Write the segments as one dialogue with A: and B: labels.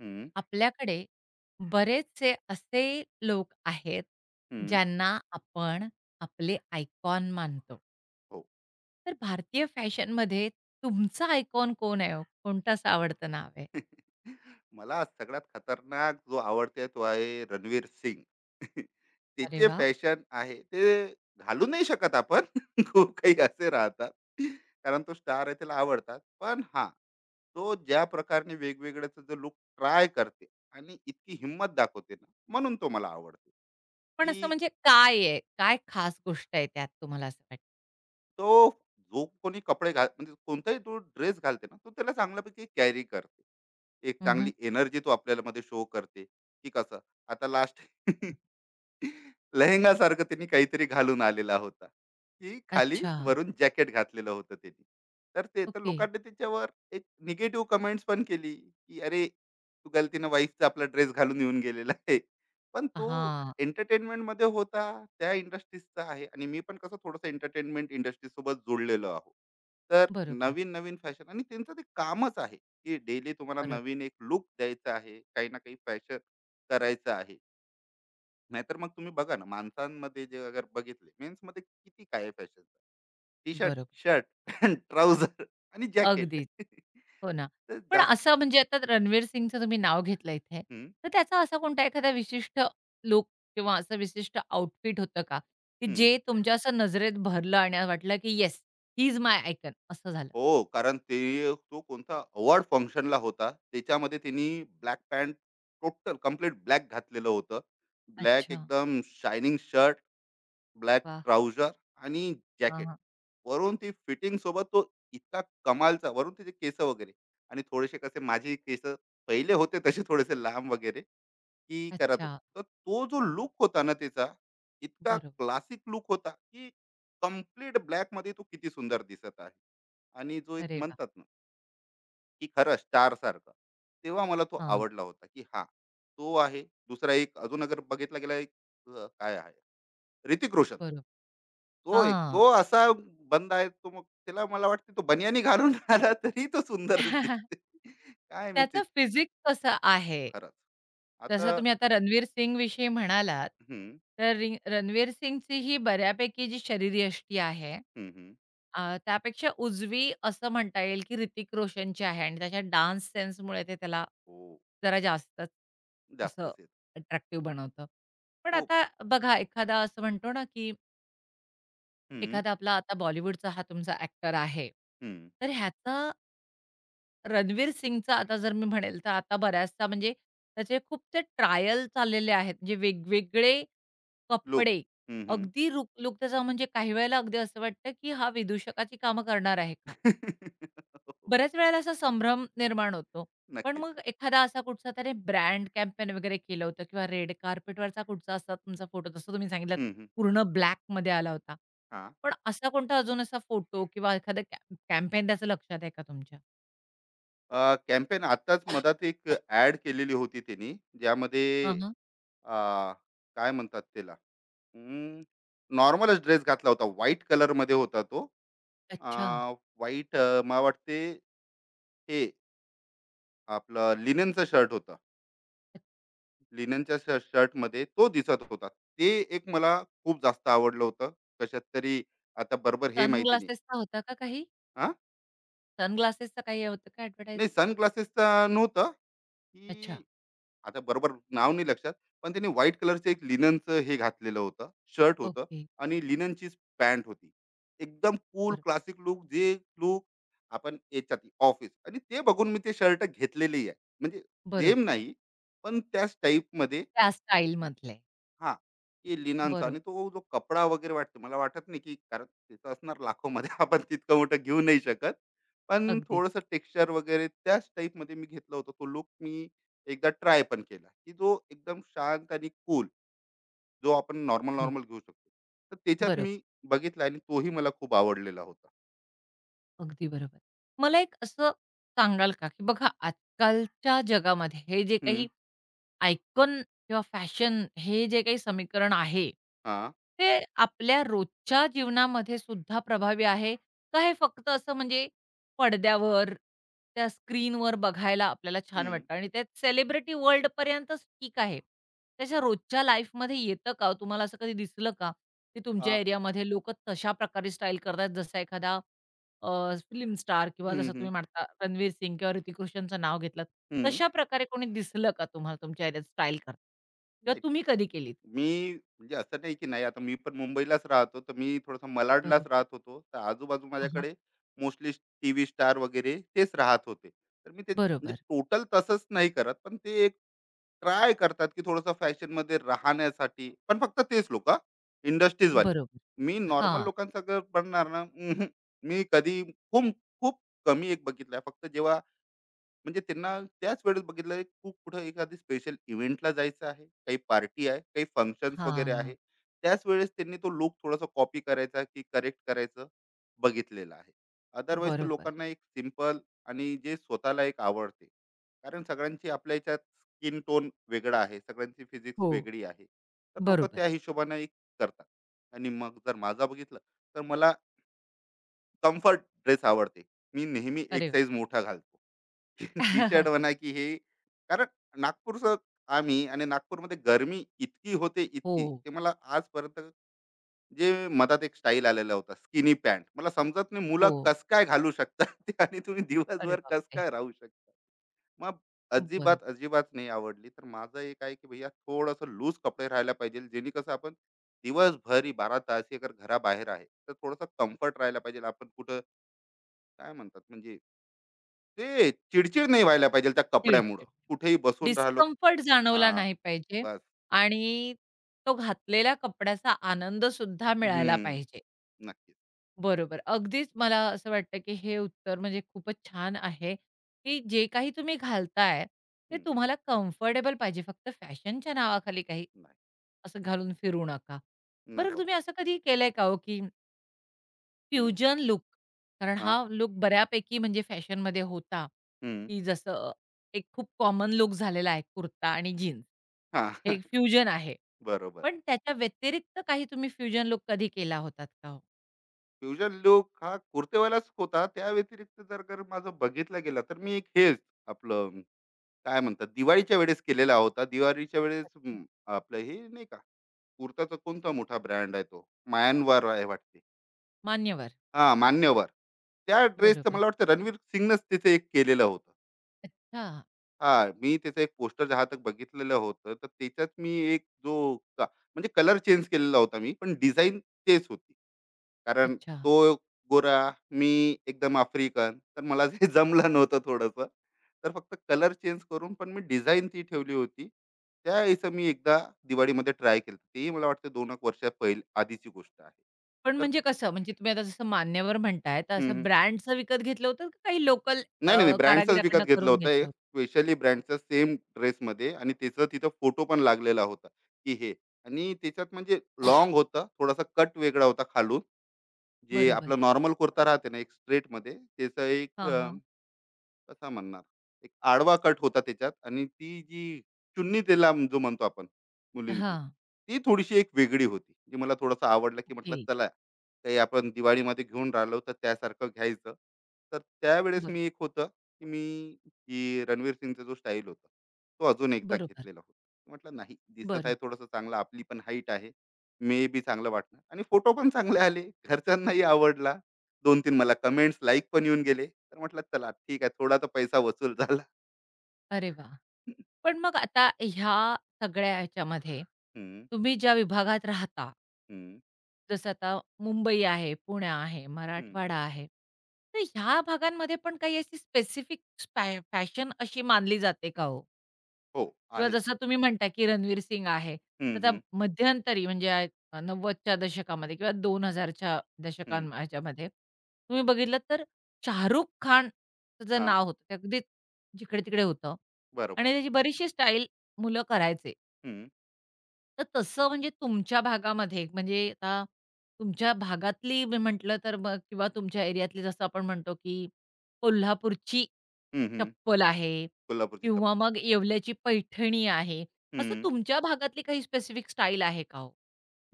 A: हं,
B: आपल्याकडे बरेचसे असे लोक आहेत,
A: हं.
B: ज्यांना आपण आपले आयकॉन मानतो.
A: हो.
B: तर भारतीय फॅशनमध्ये तुमचा आयकॉन कोण आहे हो? कोणतं असं आवडतं नाव आहे?
A: मला सगळ्यात खतरनाक जो आवडते तो आहे रणवीर सिंग.
B: अरे
A: त्याचे
B: वाह!
A: फॅशन आहे ते घालू नाही शकत आपण. खूप काही असे राहतात. कारण तो स्टार आहे त्याला आवडतात. पण हां, तो ज्या प्रकारने वेगवेगळ्याचा जो लुक ट्राय करते आणि इतकी हिंमत दाखवते ना, म्हणून तो मला आवडतो,
B: पण असं
A: की
B: म्हणजे काय आहे? काय खास गोष्ट आहे त्यात तुम्हाला असं वाटतं?
A: तो जो कोणी कपडे घाल म्हणजे कोणताही तो ड्रेस घालते ना, तो त्याला चांगल्यापैकी कॅरी करते. एक
B: हं, हं.
A: चांगली एनर्जी तो आपल्याला मध्ये शो करते, की कसं. आता लास्ट लेहेंगा सारखं त्यांनी काहीतरी घालून आलेला होता, की खाली
B: अच्छा.
A: वरून जॅकेट घातलेलं होतं त्यांनी. तर ते तर
B: ओके.
A: लोकांनी त्याच्यावर एक निगेटिव्ह कमेंट्स पण केली, की "अरे, तू गलतीनं वाईफचा आपला ड्रेस घालून येऊन गेलेला आहे." पण तो
B: हां.
A: एंटरटेनमेंटमध्ये होता, त्या इंडस्ट्रीजचा आहे आणि मी पण कसं थोडंसं एंटरटेनमेंट इंडस्ट्रीसोबत जोडलेलो आहोत. तर
B: बरोबर,
A: नवीन-नवीन फॅशन आणि त्यांचं ते कामच आहे, की डेली तुम्हाला
B: बरोबर,
A: नवीन एक लूक द्यायचा आहे, काही ना काही फॅशन करायचं आहे. नाहीतर मग तुम्ही बघा ना माणसांमध्ये जे अगर बघितले मेन्स मध्ये किती काय फॅशन टी शर्ट
B: बरोबर.
A: शर्ट ट्राउझर आणि जॅकेट
B: अगदीच.
A: तर
B: हो ना. पण
A: जास्त
B: असं म्हणजे आता रणवीर सिंगचं तुम्ही नाव घेतलं इथे,
A: हम्म,
B: तर त्याचा असा कोणता एखादा विशिष्ट लूक किंवा असं विशिष्ट आउटफिट होतं का, की
A: हम्म.
B: जे तुमच्या असं नजरेत भरलं आणि वाटलं, की yes, he is my icon असं झालं?
A: हो कारण ते तो कोणता अवॉर्ड फंक्शनला होता त्याच्यामध्ये त्यांनी black pant total complete black घातलेलं होतं ब्लॅक
B: अच्छा.
A: एकदम शायनिंग शर्ट ब्लॅक
B: वाह!
A: ट्राउजर आणि
B: हां,
A: जॅकेट.
B: हां.
A: वरून ती फिटिंग सोबत तो इतका कमालचा वरून तिचे केस वगैरे आणि थोडेसे कसे माझे केस पहिले होते तसे थोडेसे लांब वगैरे की करत होतो.
B: अच्छा.
A: तर तो जो लुक होता ना तिचा, इतका
B: बरोबर.
A: क्लासिक लुक होता की कंप्लीट ब्लॅकमध्ये तो किती सुंदर दिसत आहे. आणि जो एक
B: अरे वाह!
A: म्हणतात ना की खरं स्टारसारखा. तेव्हा मला तो
B: हां,
A: आवडला होता की हां, तो आहे. दुसरा एक अजून अगर बघितला गेला एक काय आहे ऋतिक रोशन.
B: बरोबर.
A: तो एक
B: हां.
A: तो असा बंद आहे तो मग त्याला मला वाटते तो बनियानी घालून आला तरी तो सुंदरच दिसते. काय माहिती
B: त्याचं फिजिक्स कसं आहे?
A: खरंच. आता
B: जसं तुम्ही आता रणवीर सिंगविषयी म्हणालात,
A: हं,
B: तर रणवीर सिंगची ही बऱ्यापैकी जी शरीरयष्टी आहे,
A: हं, हं.
B: त्यापेक्षा उजवी असं म्हणता येईल, की ऋतिक रोशनची आहे आणि त्याच्या डान्स सेन्समुळे ते त्याला
A: हो,
B: जरा जास्तच असं
A: जास्तच येत.
B: अट्रॅक्टिव्ह बनवतं. पण
A: खूप.
B: आता बघा एखादा असं म्हणतो ना, की
A: हं,
B: एखादा आपला आता बॉलिवूडचा हा तुमचा ॲक्टर आहे,
A: हं.
B: तर ह्याचा रणवीर सिंगचा आता जर मी म्हणेल, तर आता बऱ्याचदा म्हणजे त्याचे खूप ते ट्रायल चाललेले आहेत. म्हणजे वेगवेगळे
A: लूक.
B: कपडे,
A: हं, हं.
B: अगदी रुक लूक त्याचा म्हणजे काही वेळेला अगदी असं वाटतं, की हा विदूषकाची कामं करणार आहे का?
A: हो,
B: बऱ्याच वेळेला असा संभ्रम निर्माण होतो. पण
A: नक्कीच.
B: मग एखादा असा कुठचा त्याने ब्रँड कॅम्पेन वगैरे केलं होतं किंवा रेड कार्पेटवरचा कुठचा असा तुमचा फोटो जसं तुम्ही सांगितलात
A: हं, हं.
B: पूर्ण ब्लॅकमध्ये आला होता.
A: हां.
B: पण असा कोणता अजून असा फोटो किंवा एखादा कॅम्पेन त्याचं लक्षात आहे का तुमच्या?
A: कॅम्पेन आत्ताच मधात एक ॲड केलेली होती त्यांनी ज्यामध्ये
B: हां,
A: अ, काय म्हणतात त्याला? अं, नॉर्मलच ड्रेस घातला होता. व्हाईट कलरमध्ये होता तो. अ,
B: अच्छा.
A: व्हाईट मला वाटते हे आपलं लिनेनचं शर्ट होतं. लिनेनच्या शर्टमध्ये तो दिसत होता. ते एक मला खूप जास्त आवडलं होतं. कशात तरी आता बरोबर हे माहिती नाही.
B: सनग्लासेसचा होता का काही?
A: हां?
B: सनग्लासेसचा काही होतं का ॲडव्हर्टाइज?
A: नाही सनग्लासेसचा नव्हतं,
B: अच्छा.
A: की आता बरोबर नाव नाही लक्षात, पण त्यांनी व्हाईट कलरचं एक लिननचं हे घातलेलं होतं, शर्ट होतं
B: ओके.
A: आणि लिननचीच पॅन्ट होती. एकदम कूल
B: बरोबर.
A: क्लासिक लूक जे लूक आपण याच्यात ऑफिस आणि ते बघून मी ते शर्ट घेतलेलेही आहे. म्हणजे
B: बरोबर.
A: सेम नाही, पण त्याच टाइपमध्ये
B: त्या स्टाईलमधले.
A: हां, की लिनांचा
B: बरोबर.
A: आणि तो जो कपडा वगैरे वाटतो मला वाटत नाही की कारण तिथं असणार लाखोमध्ये आपण तितकं मोठं घेऊ नाही शकत. पण
B: अगदीच.
A: थोडंसं टेक्स्चर वगैरे त्याच टाईपमध्ये मी घेतलं होता तो लुक मी एकदा ट्राय पण केला, की जो एकदम शांत आणि कूल जो आपण
B: बरोबर.
A: नॉर्मल-नॉर्मल घेऊ शकतो. तर त्याच्यात
B: बरोबर.
A: मी बघितला आणि तोही मला खूप आवडलेला होता.
B: अगदी बरोबर. मला एक असं सांगाल का, की बघा आजकालच्या जगामध्ये हे जे
A: हं,
B: काही आयकॉन किंवा फॅशन हे जे काही समीकरण आहे,
A: हां,
B: ते आपल्या रोजच्या जीवनामध्ये सुद्धा प्रभावी आहे का हे फक्त असं म्हणजे पडद्यावर, त्या स्क्रीनवर बघायला आपल्याला छान
A: हं,
B: वाटतं आणि ते सेलिब्रिटी वर्ल्डपर्यंतच ठीक आहे. त्याच्या रोजच्या लाईफमध्ये येतं का ओ? तुम्हाला असं कधी दिसलं का, की तुमच्या
A: आ,
B: एरियामध्ये लोकं तशा प्रकारे स्टाईल करतात जसा एखादा फिल्म स्टार किंवा
A: हं,
B: जसं
A: हं,
B: तुम्ही म्हणता रणवीर सिंग किंवा ऋतिक रोशनचं नाव घेतलत.
A: हं.
B: तशा प्रकारे कोणी दिसलं का तुम्हाला तुमच्या एरियात स्टाईल करताना? किंवा
A: नाही
B: तुम्ही कधी केलीत?
A: मी म्हणजे असं नाही की नाही आता मी पण मुंबईलाच राहतो तर मी थोडासा मलाडलाच राहत
B: बरोबर.
A: होतो तर आजूबाजू
B: हां, हां.
A: माझ्याकडे मोस्टली टी व्ही स्टार वगैरे तेच राहत होते तर मी ते म्हणजे
B: बरोबर,
A: टोटल तसंच नाही करत पण ते एक ट्राय करतात की थोडंसं फॅशनमध्ये राहण्यासाठी पण फक्त तेच लोक इंडस्ट्रीजवाले
B: बरोबर.
A: मी नॉर्मल
B: हां,
A: लोकांसगळं बनणार ना उम्हम. मी कधी खूप खूप कमी एक बघितलंय फक्त जेव्हा म्हणजे त्यांना त्याच वेळेस बघितलं एक खूप कुठं एखादी स्पेशल इव्हेंटला जायचं आहे, काही पार्टी आहे, काही फंक्शन्स वगैरे आहे.
B: हां.
A: त्याच वेळेस त्यांनी तो लूक थोडासा कॉपी करायचा की करेक्ट करायचं बघितलेलं आहे. अदरवाईज तर
B: बरोबर.
A: लोकांना एक सिंपल आणि जे स्वतःला एक आवडते. कारण सगळ्यांची आपल्या ह्याच्यात स्किन टोन वेगळा आहे, सगळ्यांची फिजिक्स
B: हो,
A: वेगळी आहे. तर लोकं
B: बरोबर.
A: त्या हिशोबानं एक करतात. आणि मग जर माझा बघितलं, तर मला कम्फर्ट ड्रेस आवडते. मी नेहमी एक
B: अरे
A: साइज मोठा घालतो. टी
B: वाह!
A: शर्ट म्हणा की हे कारण नागपूरचं आम्ही आणि नागपूरमध्ये गरमी इतकी होते
B: हो,
A: इतकी ते मला आजपर्यंत जे मधात एक स्टाईल आलेला होता स्किनी पॅन्ट मला समजत नाही मुलं
B: हो.
A: कस काय घालू शकतात ते आणि तुम्ही
B: अरे
A: दिवसभर कस
B: बापरे!
A: काय राहू शकता मग
B: बरोबर.
A: अजिबात अजिबात नाही आवडली तर माझं एक आहे की भैया थोडंसं लूज कपडे राहायला पाहिजे जेणे कसं आपण दिवसभर बारा तास ही अगर घराबाहेर आहे तर थोडंसं कम्फर्ट राहायला पाहिजे आपण कुठं काय म्हणतात म्हणजे ते चिडचिड नाही व्हायला पाहिजे त्या कपड्यामुळं.
B: चिडचिड.
A: कुठेही बसून राहिलो
B: डिस्कम्फर्ट जाणवला
A: हां,
B: नाही पाहिजे
A: बस.
B: आणि तो घातलेल्या कपड्याचा आनंद सुद्धा मिळायला
A: हं.
B: पाहिजे.
A: नक्कीच.
B: बरोबर. अगदीच मला असं वाटतं, की हे उत्तर म्हणजे खूपच छान आहे, की जे काही तुम्ही घालताय, ते
A: हं.
B: तुम्हाला कम्फर्टेबल पाहिजे. फक्त फॅशनच्या नावाखाली काही
A: नाही,
B: असं घालून फिरू नका.
A: नाही
B: बरं
A: बाबा.
B: तुम्ही असं कधी केलंय का हो, की
A: हं.
B: फ्युजन लूक कारण हा
A: हां.
B: लूक बऱ्यापैकी म्हणजे फॅशनमध्ये होता,
A: हं.
B: की जसं एक खूप कॉमन लूक झालेला आहे कुर्ता आणि जीन्स.
A: हां.
B: हे एक फ्युजन आहे.
A: बरोबर.
B: पण त्याच्या व्यतिरिक्त काही तुम्ही फ्युजन लूक कधी केला होतात का हो?
A: फ्युजन लूक हा कुर्तेवालाच होता. त्या व्यतिरिक्त जर जर माझं बघितलं गेलं, तर मी एक हेच आपलं काय म्हणतात दिवाळीच्या वेळेस केलेला होता. दिवाळीच्या वेळेस
B: अच्छा.
A: आपलं हे नाही का कुर्ताचा कोणता मोठा ब्रँड आहे तो? म्यानवर आहे वाटते.
B: मान्यवर?
A: हां, मान्यवर. त्या ड्रेसचं
B: बरोबर.
A: मला वाटतं रणवीर सिंगनंच तिथे एक केलेलं होतं.
B: अच्छा,
A: हा मी त्याचं एक पोस्टर जहा तक बघितलेलं होतं तर त्याच्यात मी एक जो का- म्हणजे कलर चेंज केलेला होता मी पण डिझाईन तेच होती कारण
B: अच्छा.
A: तो गोरा मी एकदम आफ्रिकन तर मला ते जमलं नव्हतं थोडंसं तर फक्त कलर चेंज करून पण मी डिझाईन ती ठेवली होती त्या याचं मी एकदा दिवाळीमध्ये ट्राय केलं तेही मला वाटतं दोन एक वर्षा पहिले आधीची गोष्ट आहे
B: पण
A: तर
B: म्हणजे कसं? म्हणजे तुम्ही आता जसं मान्यवर म्हणताय, तर असं
A: हम्म,
B: ब्रँडचं विकत घेतलं होतं का काही लोकल
A: नाही, नाही, नाही. ब्रँडचंच
B: कारागिराकडनं
A: विकत घेतलं
B: करून
A: होतं
B: घेतलं
A: एक.
B: होतं?
A: स्पेशली ब्रँडचं सेम ड्रेसमध्ये आणि त्याचा तिथं फोटो पण लागलेला होता, की हे आणि त्याच्यात म्हणजे लॉंग होतं. थोडासा कट वेगळा होता खालून. जे
B: बरोबर.
A: आपला नॉर्मल कुर्ता राहते ना, एक स्ट्रेटमध्ये त्याचं एक
B: हां, हां.
A: कसा म्हणणार एक आडवा कट होता त्याच्यात आणि ती जी चुन्नी त्याला जो म्हणतो आपण मुलींची
B: हां.
A: ती थोडीशी एक वेगळी होती जी मला थोडंसं आवडलं की म्हटलं
B: ओके.
A: चला काही आपण दिवाळीमध्ये घेऊन राहिलो तर त्यासारखं घ्यायचं तर त्यावेळेस
B: बरं.
A: मी एक होतं की मी की रणवीर सिंगचा जो स्टाईल होता तो अजून एकदा
B: बरोबर.
A: घेतलेला होता म्हटलं नाही दिसत आहे
B: बरं.
A: थोडंसं चांगलं आपली पण हाईट आहे मे बी चांगलं वाटणार आणि फोटो पण चांगले आले घरच्यांनाही आवडला 2-3 मला कमेंट्स, लाइक पण येऊन गेले. तर म्हटलं चला ठीक आहे थोडा तर पैसा वसूल झाला.
B: अरे वाह! पण मग आता ह्या सगळ्या ह्याच्यामध्ये
A: हं,
B: तुम्ही ज्या विभागात राहता,
A: हं,
B: जसं आता मुंबई आहे, पुणे आहे,
A: हं.
B: मराठवाडा आहे. तर ह्या भागांमध्ये पण काही अशी स्पेसिफिक फॅशन अशी मानली जाते का हो?
A: हो,
B: किंवा
A: आहेच.
B: जसं तुम्ही म्हणता, की रणवीर सिंग आहे.
A: हं,
B: तर त्या
A: हं,
B: मध्यंतरी म्हणजे 90च्या दशकामध्ये किंवा 2000च्या दशकां
A: हं.
B: ह्याच्यामध्ये तुम्ही बघितलं तर शाहरुख खानचं जे
A: हां,
B: नाव होतं, ते अगदी जिकडे-तिकडे होतं
A: बरोबर.
B: आणि त्याची बरीचशी स्टाईल मुलं करायचे.
A: हं,
B: तर तसं म्हणजे तुमच्या भागामध्ये म्हणजे आता तुमच्या भागातली मी म्हटलं तर मग किंवा तुमच्या एरियातली जसं आपण म्हणतो की कोल्हापूरची
A: हं, हं.
B: चप्पल आहे
A: कोल्हापूरची
B: किंवा
A: चप्पल.
B: मग येवल्याची पैठणी आहे. असं
A: हं.
B: तुमच्या भागातली काही स्पेसिफिक स्टाईल आहे का हो?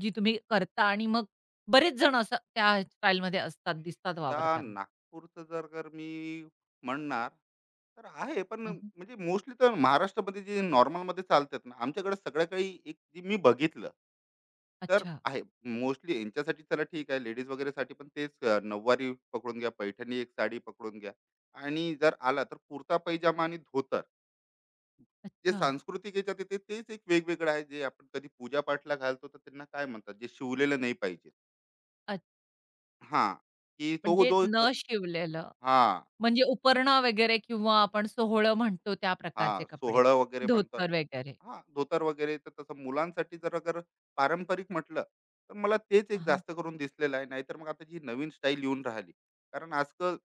B: जी तुम्ही करता आणि मग बरेच जण असं त्या स्टाईलमध्ये असतात, दिसतात
A: दा
B: वावरताना?
A: नागपूरचं जर मी म्हणणार तर आहे पण
B: हं,
A: म्हणजे मोस्टली तर महाराष्ट्रामध्ये जे नॉर्मलमध्ये चालतात ना आमच्याकडे सगळं काही एक जे मी बघितलं तर
B: अच्छा,
A: आहे मोस्टली यांच्यासाठी चला ठीक आहे लेडीज वगैरेसाठी पण तेच नऊवारी पकडून घ्या पैठणी एक साडी पकडून घ्या आणि जर आला तर कुर्ता पैजामा आणि धोतर जे
B: अच्छा.
A: सांस्कृतिक याच्यात येते तेच एक वेगवेगळं आहे जे आपण कधी पूजा पाठला घालतो तर त्यांना काय म्हणतात जे शिवलेलं नाही पाहिजे
B: अ,
A: हा की तो
B: म्हणजे
A: जो एक
B: न शिवलेलं.
A: हा
B: म्हणजे उपरणं वगैरे किंवा आपण सोहळं म्हणतो त्या प्रकारचे
A: हा
B: कपडे.
A: सोहळा वगैरे म्हणतात
B: धोतर वगैरे.
A: हां, धोतर वगैरे तर तसं मुलांसाठी जर अगर पारंपरिक म्हटलं, तर मला तेच एक
B: हां.
A: जास्त करून दिसलेलं आहे. नाहीतर मग आता जी नवीन स्टाईल येऊन राहिली. कारण आजकाल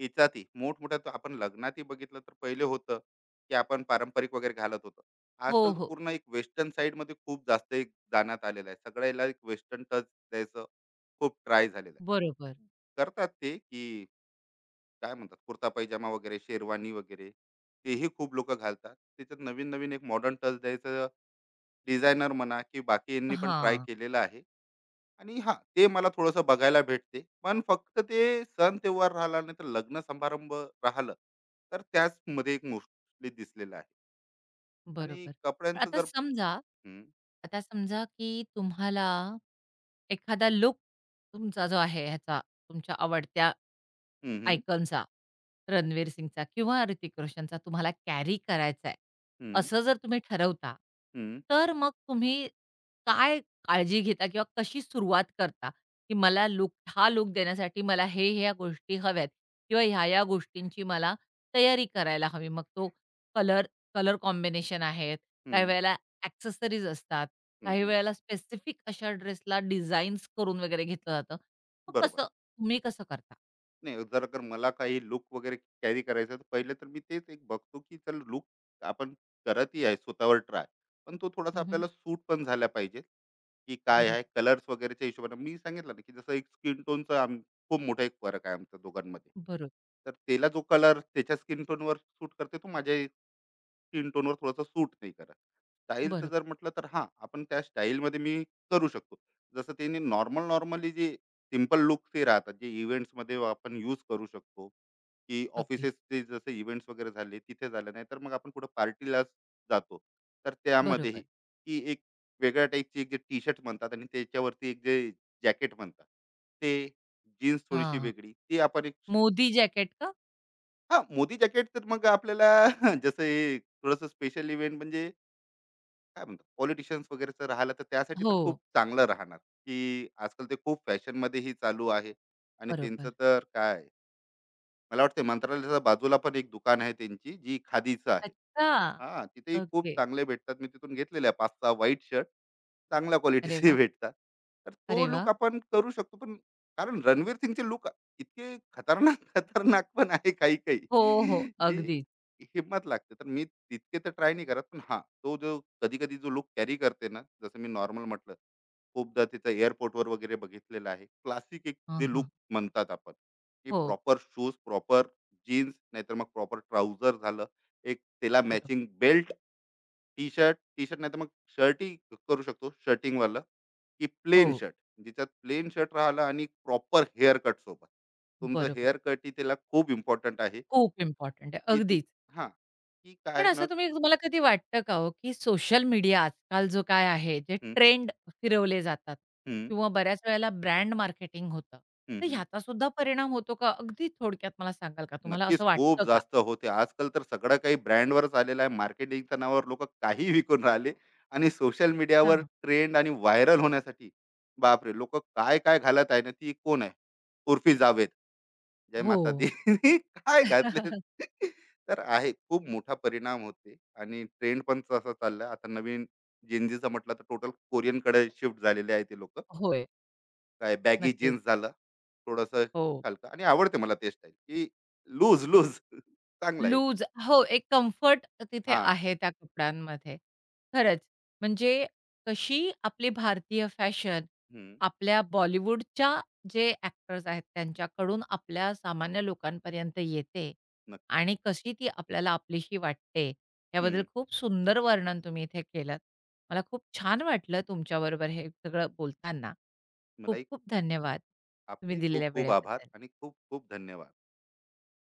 A: याच्यातही मोठमोठ्या तो आपण लग्नातही बघितलं तर पहिले होतं, की आपण पारंपरिक वगैरे घालत होतो.
B: हो,
A: आजकाल तर
B: हो.
A: पूर्ण एक वेस्टर्न साइडमध्ये खूप जास्त एक जाण्यात आलेलं आहे. सगळ्याला एक वेस्टर्न टच द्यायचं खूप ट्राय झालेलं
B: बरोबर.
A: आहे. करतात ते, की काय म्हणतात कुर्ता पैजामा वगैरे, शेरवानी वगैरे तेही खूप लोकं घालतात. त्याच्यात नवीन-नवीन एक मॉडर्न टच द्यायचं डिझायनर म्हणा की बाकी यांनी पण ट्राय
B: हां.
A: केलेलं आहे आणि हां, ते मला थोडंसं बघायला भेटते. पण फक्त ते सण त्योहार राहिला नाही तर लग्न समारंभ राहिलं, तर त्याचमध्ये एक मोस्टली दिसलेलं आहे. आणि
B: बरोबर.
A: कपड्यांचं
B: आता
A: जर
B: समजा
A: हं,
B: आता समजा, की तुम्हाला एखादा लुक तुमचा जो आहे ह्याचा, तुमच्या आवडत्या
A: हं, हं,
B: आयकॉनचा, रणवीर सिंगचा किंवा ऋतिक रोशनचा तुम्हाला कॅरी करायचा आहे,
A: हं,
B: असं जर तुम्ही ठरवता,
A: हं,
B: तर मग तुम्ही काय काळजी घेता किंवा कशी सुरुवात करता, की मला हा लूक देण्यासाठी मला हे, ह्या गोष्टी हव्यात किंवा ह्या-ह्या गोष्टींची मला तयारी करायला हवी. मग तो कलर कलर कॉम्बिनेशन आहेत,
A: हं,
B: काही वेळेला एक्सेसरीज असतात, काही
A: हं,
B: वेळेला स्पेसिफिक अशा ड्रेसला डिझाईन्स करून वगैरे घेतलं जातं. मग
A: बरोबर.
B: तुम्ही कसं करता?
A: नाही, जर अगर मला काही लूक वगैरे कॅरी करायचा आहे, तर पहिले तर मी तेच एक बघतो, की चल लूक आपण करतही आहे स्वतःवर ट्राय. पण तो थोडासा
B: हं, हं.
A: आपल्याला सूट पण झाला पाहिजे, की काय आहे
B: बरोबर,
A: कलर्स वगैरेच्या हिशोबाने मी सांगितलं ना, की जसं एक स्किन टोनचा आम खूप मोठा एक फरक आहे आमच्या दोघांमध्ये.
B: बरोबर,
A: तर त्याला जो कलर त्याच्या स्किन टोनवर सूट करते, तो माझ्या स्किन टोनवर थोडासा सूट नाही करत. स्टाईलचं
B: बरोबर.
A: जर म्हटलं तर हां, आपण त्या स्टाईलमध्ये मी करू शकतो. जसं त्यांनी नॉर्मल नॉर्मली जे सिंपल लुक्स हे राहतात, जे इव्हेंट्समध्ये आपण यूज करू शकतो, की
B: अगदीच.
A: ऑफिसेसचे जसे इव्हेंट्स वगैरे झाले, तिथे झालं. नाहीतर मग आपण कुठं पार्टीला जातो, तर त्यामध्येही
B: बरोबर.
A: की एक वेगळ्या टाईपची एक जे टी-शर्ट म्हणतात आणि त्याच्यावरती एक जे जॅकेट म्हणतात, ते जीन्स थोडीशी
B: हां.
A: वेगळी, ती आपण एक
B: मोदी जॅकेट का?
A: हां, मोदी जॅकेट तर मग आपल्याला जसं हे थोडंसं स्पेशल इव्हेंट म्हणजे काय म्हणतात पॉलिटिशियन्स वगैरेचं राहिलं तर त्यासाठी तर
B: हो,
A: खूप चांगलं राहणार की आजकाल ते खूप फॅशनमध्येही चालू आहे आणि त्यांचं
B: बरोबर.
A: तर काय मला वाटतं मंत्रालयाच्या बाजूला पण एक दुकान आहे त्यांची जी खादीचं आहे
B: अच्छा.
A: हां, तिथेही खूप
B: ओके.
A: चांगले भेटतात. मी तिथून घेतलेले आहे 5-6 व्हाईट शर्ट. चांगल्या
B: अरे
A: क्वालिटीचे
B: वाह!
A: भेटतात. तर तो
B: अरे
A: लुक
B: वाह!
A: आपण करू शकतो. पण कारण रणवीर सिंगचे लुक इतके खतरनाक, खतरनाक पण आहे काही-काही,
B: हो, हो.
A: जी
B: अगदीच.
A: हिम्मत लागते. तर मी तितके तर ट्राय नाही करत. पण हां, तो जो कधी-कधी जो लूक कॅरी करते ना, जसं मी नॉर्मल म्हटलं, खूपदा तिचं एअरपोर्टवर वगैरे बघितलेलं आहे. क्लासिक एक जे
B: हां,
A: लूक
B: हां.
A: म्हणतात आपण, की
B: हो,
A: प्रॉपर शूज, प्रॉपर जीन्स, नाहीतर मग प्रॉपर ट्राउझर झालं. एक त्याला
B: बरोबर.
A: मॅचिंग बेल्ट, टी-शर्ट नाहीतर मग शर्टही करू शकतो शर्टिंग वाला की
B: हो.
A: Plain shirt. ज्याच्यात प्लेन शर्ट राहिला आणि प्रॉपर हेअर कट सोबत. तुमचं
B: बरोबर.
A: हेअर कटही त्याला खूप इम्पोर्टंट आहे,
B: खूप इम्पोर्टंट आहे.
A: की तू
B: अगदीच.
A: हां, की
B: पण
A: काय ना
B: असं तुम्ही तुम्हाला कधी वाटतं का हो, की सोशल मीडिया आजकाल जो काय आहे, जे
A: हं,
B: ट्रेंड फिरवले जातात
A: हं,
B: किंवा बऱ्याच वेळेला ब्रँड मार्केटिंग होतं.
A: हं,
B: तर
A: हं.
B: ह्याचा सुद्धा परिणाम होतो का? अगदी थोडक्यात मला सांगाल का? तुम्हाला
A: नक्कीच
B: असं
A: खूप
B: वाटतं का?
A: जास्त होते. आजकाल तर सगळं काही ब्रँडवरच आलेलं आहे. मार्केटिंगच्या नावावर लोकं काहीही विकून राहिले आणि सोशल
B: हां,
A: मीडियावर
B: हां.
A: ट्रेंड आणि व्हायरल होण्यासाठी, बापरे! लोकं काय-काय घालत आहे ना, ती कोण आहे? उर्फी जावेद. जय
B: हो.
A: माता दी काय घातले तर आहे खूप मोठा परिणाम होते आणि ट्रेंड पण तसा चाललाय आता नवीन जेन्झीचं म्हटलं तर टोटल कोरियन कडे शिफ्ट झालेले आहे ते लोक
B: होय.
A: काय बॅगी
B: नक्कीच.
A: जीन्स झालं थोडस
B: हो.
A: हलकं आणि आवडते मला ते स्टाईल की लूज लूज चांगला आहे ते
B: लूज हो, एक कम्फर्ट तिथे
A: हा
B: आहे त्या कपड्यांमध्ये. खरंच, म्हणजे कशी आपली भारतीय फॅशन
A: हम्म,
B: आपल्या बॉलिवूडच्या जे ॲक्टर्स आहेत त्यांच्याकडून आपल्या सामान्य लोकांपर्यंत येते
A: नक्की
B: आणि कशी ती आपल्याला आपलीशी वाटते, याबद्दल
A: हम्म,
B: खूप सुंदर वर्णन तुम्ही इथे केलंत. मला खूप छान वाटलं तुमच्याबरोबर हे सगळं बोलताना. खूप
A: मलाही
B: खूप धन्यवाद तुम्ही
A: आपलेही खूप
B: दिलेल्या
A: खूप आभार
B: वेळेबद्दल.
A: आणि खूप खूप धन्यवाद